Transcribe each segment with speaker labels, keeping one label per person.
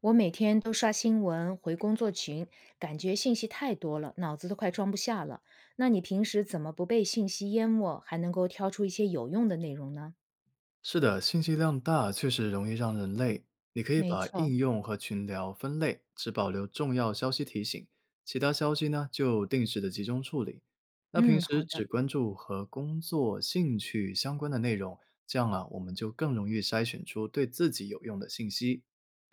Speaker 1: 我每天都刷新闻、回工作群，感觉信息太多了，脑子都快装不下了。那你平时怎么不被信息淹没，还能够挑出一些有用的内容呢？
Speaker 2: 是的，信息量大确实容易让人累。你可以
Speaker 1: 没
Speaker 2: 把
Speaker 1: 错，
Speaker 2: 应用和群聊分类，只保留重要消息提醒，其他消息呢就定时的集中处理。那平
Speaker 1: 嗯，好
Speaker 2: 时只
Speaker 1: 的，
Speaker 2: 关注和工作、兴趣相关的内容，这样啊，我们就更容易筛选出对自己有用的信息。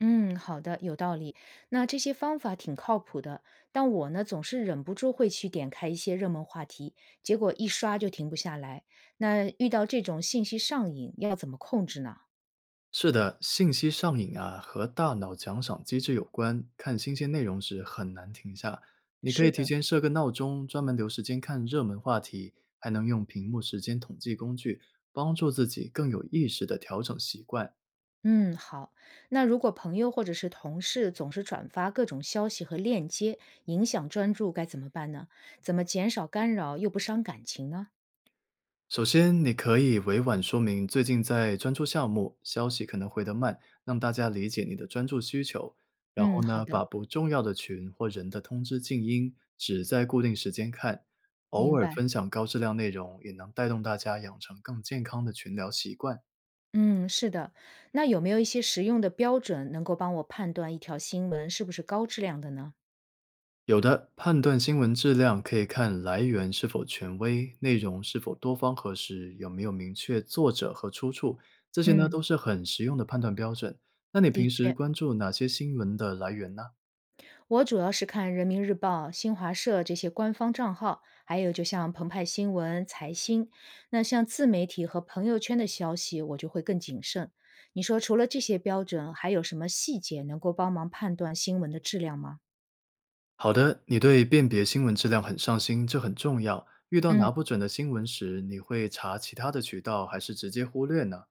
Speaker 1: 嗯，好的，有道理。那这些方法挺靠谱的，但我呢总是忍不住会去点开一些热门话题，结果一刷就停不下来。那遇到这种信息上瘾，要怎么控制呢？
Speaker 2: 是的，信息上瘾啊，和大脑奖赏机制有关。看新鲜内容时很难停下，你可
Speaker 1: 是
Speaker 2: 以提
Speaker 1: 的，
Speaker 2: 前设个闹钟，专门留时间看热门话题，还能用屏幕时间统计工具，帮助自己更有意识的调整习惯。
Speaker 1: 嗯，好。那如果朋友或者是同事总是转发各种消息和链接，影响专注，该怎么办呢？怎么减少干扰又不伤感情呢？
Speaker 2: 首先，你可以委婉说明最近在专注项目，消息可能回得慢，让大家理解你的专注需求。然后
Speaker 1: 嗯，好
Speaker 2: 呢，把
Speaker 1: 的，
Speaker 2: 不重要的群或人的通知静音，只在固定时间看。偶
Speaker 1: 明
Speaker 2: 尔
Speaker 1: 白。
Speaker 2: 分享高质量内容，也能带动大家养成更健康的群聊习惯。
Speaker 1: 嗯，是的。那有没有一些实用的标准能够帮我判断一条新闻是不是高质量的呢？
Speaker 2: 有的，判断新闻质量可以看来源是否权威，内容是否多方核实，有没有明确作者和出处，这些呢
Speaker 1: 嗯，
Speaker 2: 都是很实用的判断标准。那你
Speaker 1: 的
Speaker 2: 平时
Speaker 1: 确。
Speaker 2: 关注哪些新闻的来源呢？
Speaker 1: 我主要是看人民日报、新华社这些官方账号，还有就像澎湃新闻、财新，那像自媒体和朋友圈的消息，我就会更谨慎。你说除了这些标准，还有什么细节能够帮忙判断新闻的质量吗？
Speaker 2: 好的，你对辨别新闻质量很上心，这很重要。遇到
Speaker 1: 嗯，
Speaker 2: 拿不准的新闻时，你会查其他的渠道，还是直接忽略呢？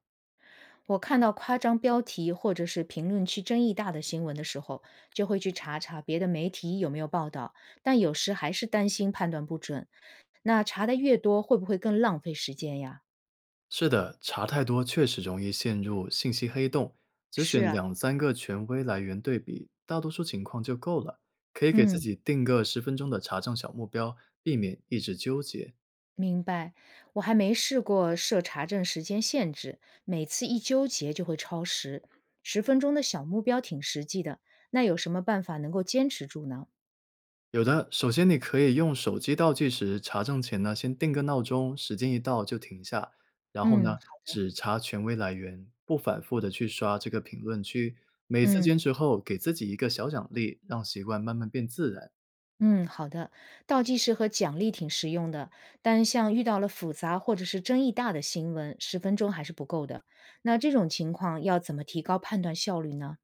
Speaker 1: 我看到夸张标题或者是评论区争议大的新闻的时候，就会去查查别的媒体有没有报道，但有时还是担心判断不准。那查的越多，会不会更浪费时间呀？
Speaker 2: 是的，查太多确实容易陷入信息黑洞，只
Speaker 1: 是
Speaker 2: 选
Speaker 1: 啊，
Speaker 2: 两三个权威来源对比，大多数情况就够了。可以给自
Speaker 1: 嗯。
Speaker 2: 己定个十分钟的查证小目标，避免一直纠结。
Speaker 1: 明白，我还没试过设查证时间限制，每次一纠结就会超时。十分钟的小目标挺实际的，那有什么办法能够坚持住呢？
Speaker 2: 有的，首先你可以用手机倒计时查证前呢，先定个闹钟，时间一到就停下，然后
Speaker 1: 嗯
Speaker 2: 呢，只查权威来源，不反复的去刷这个评论区。每次
Speaker 1: 嗯
Speaker 2: 坚持后，给自己一个小奖励，让习惯慢慢变自然。
Speaker 1: 嗯，好的。倒计时和奖励挺实用的，但像遇到了复杂或者是争议大的新闻，十分钟还是不够的。那这种情况要怎么提高判断效率呢？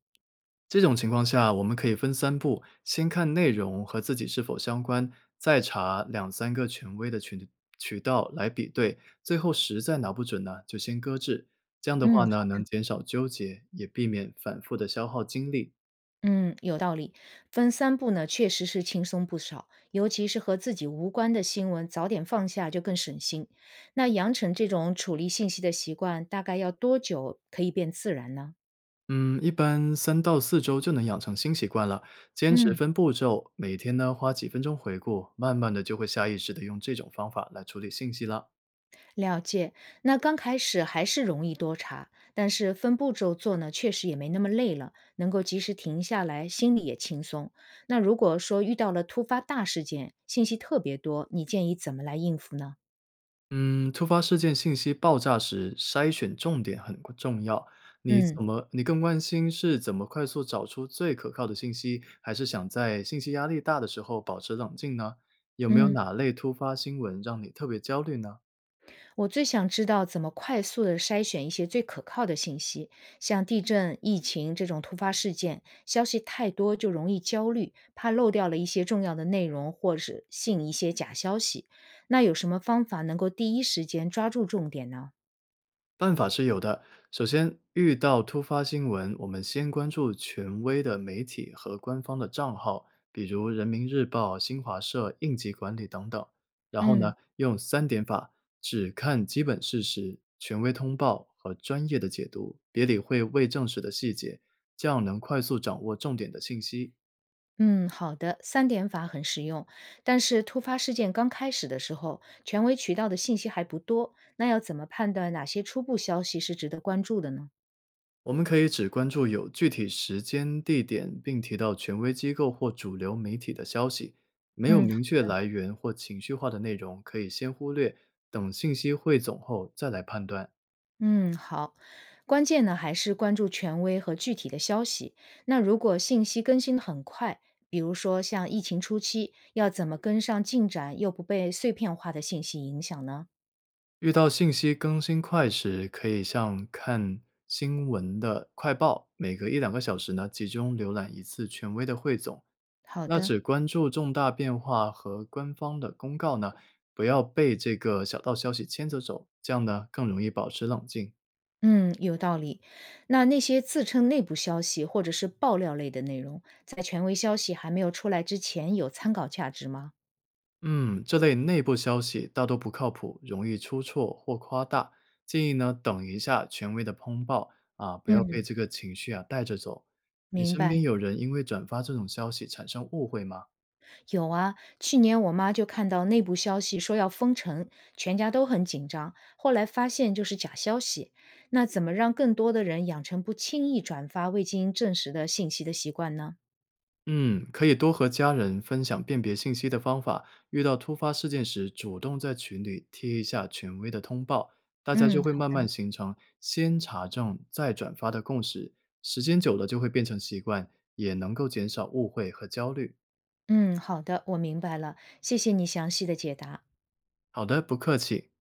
Speaker 2: 这种情况下，我们可以分三步，先看内容和自己是否相关，再查两三个权威的渠渠道来比对，最后实在拿不准呢，就先搁置。这样的话
Speaker 1: 嗯，
Speaker 2: 呢，能减少纠结，也避免反复的消耗精力。
Speaker 1: 嗯，有道理。分三步呢，确实是轻松不少，尤其是和自己无关的新闻，早点放下就更省心。那养成这种处理信息的习惯，大概要多久可以变自然呢？
Speaker 2: 嗯，一般三到四周就能养成新习惯了。坚持
Speaker 1: 嗯，
Speaker 2: 分步骤，每天呢花几分钟回顾，慢慢的就会下意识的用这种方法来处理信息了。
Speaker 1: 了解。那刚开始还是容易多查，但是分步骤做呢，确实也没那么累了，能够及时停下来，心里也轻松。那如果说遇到了突发大事件，信息特别多，你建议怎么来应付呢？
Speaker 2: 嗯，突发事件信息爆炸时，筛选重点很关重要。你
Speaker 1: 嗯
Speaker 2: 怎么，你更关心是怎么快速找出最可靠的信息，还是想在信息压力大的时候保持冷静呢？有没有
Speaker 1: 嗯。
Speaker 2: 哪类突发新闻让你特别焦虑呢？
Speaker 1: 我最想知道怎么快速的筛选一些最可靠的信息，像地震、疫情这种突发事件，消息太多就容易焦虑，怕漏掉了一些重要的内容，或是信一些假消息。那有什么方法能够第一时间抓住重点呢？
Speaker 2: 办法是有的。首先，遇到突发新闻，我们先关注权威的媒体和官方的账号，比如人民日报、新华社、应急管理等等。然后呢，
Speaker 1: 嗯。
Speaker 2: 用三点法，只看基本事实、权威通报和专业的解读，别理会未证实的细节，这样能快速掌握重点的信息。
Speaker 1: 嗯，好的，三点法很实用，但是突发事件刚开始的时候，权威渠道的信息还不多，那要怎么判断哪些初步消息是值得关注的呢？
Speaker 2: 我们可以只关注有具体时间、地点，并提到权威机构或主流媒体的消息。没有
Speaker 1: 嗯，
Speaker 2: 明确来源或情绪化的内容，可以先忽略，等信息汇总后再来判断。
Speaker 1: 嗯，好，关键呢还是关注权威和具体的消息。那如果信息更新的很快，比如说像疫情初期，要怎么跟上进展又不被碎片化的信息影响呢？
Speaker 2: 遇到信息更新快时，可以像看新闻的快报，每隔一两个小时呢，集中浏览一次权威的汇总。
Speaker 1: 好
Speaker 2: 那
Speaker 1: 的，
Speaker 2: 只关注重大变化和官方的公告呢，不要被这个小道消息牵着走，这样呢更容易保持冷静。
Speaker 1: 嗯，有道理。那那些自称内部消息或者是爆料类的内容，在权威消息还没有出来之前，有参考价值吗？
Speaker 2: 嗯，这类内部消息大多不靠谱，容易出错或夸大。建议呢，等一下权威的通报啊，不要被
Speaker 1: 嗯，
Speaker 2: 这个情绪啊带着走。你
Speaker 1: 明
Speaker 2: 身边
Speaker 1: 白。
Speaker 2: 有人因为转发这种消息产生误会吗？
Speaker 1: 有啊，去年我妈就看到内部消息说要封城，全家都很紧张。后来发现就是假消息。那怎么让更多的人养成不轻易转发未经证实的信息的习惯呢？
Speaker 2: 嗯，可以多和家人分享辨别信息的方法。遇到突发事件时，主动在群里贴一下权威的通报，大家就
Speaker 1: 嗯
Speaker 2: 会慢慢形成先查证再转发的共识。时间久了就会变成习惯，也能够减少误会和焦虑。
Speaker 1: 嗯，好的，我明白了，谢谢你详细的解答。
Speaker 2: 好的，不客气。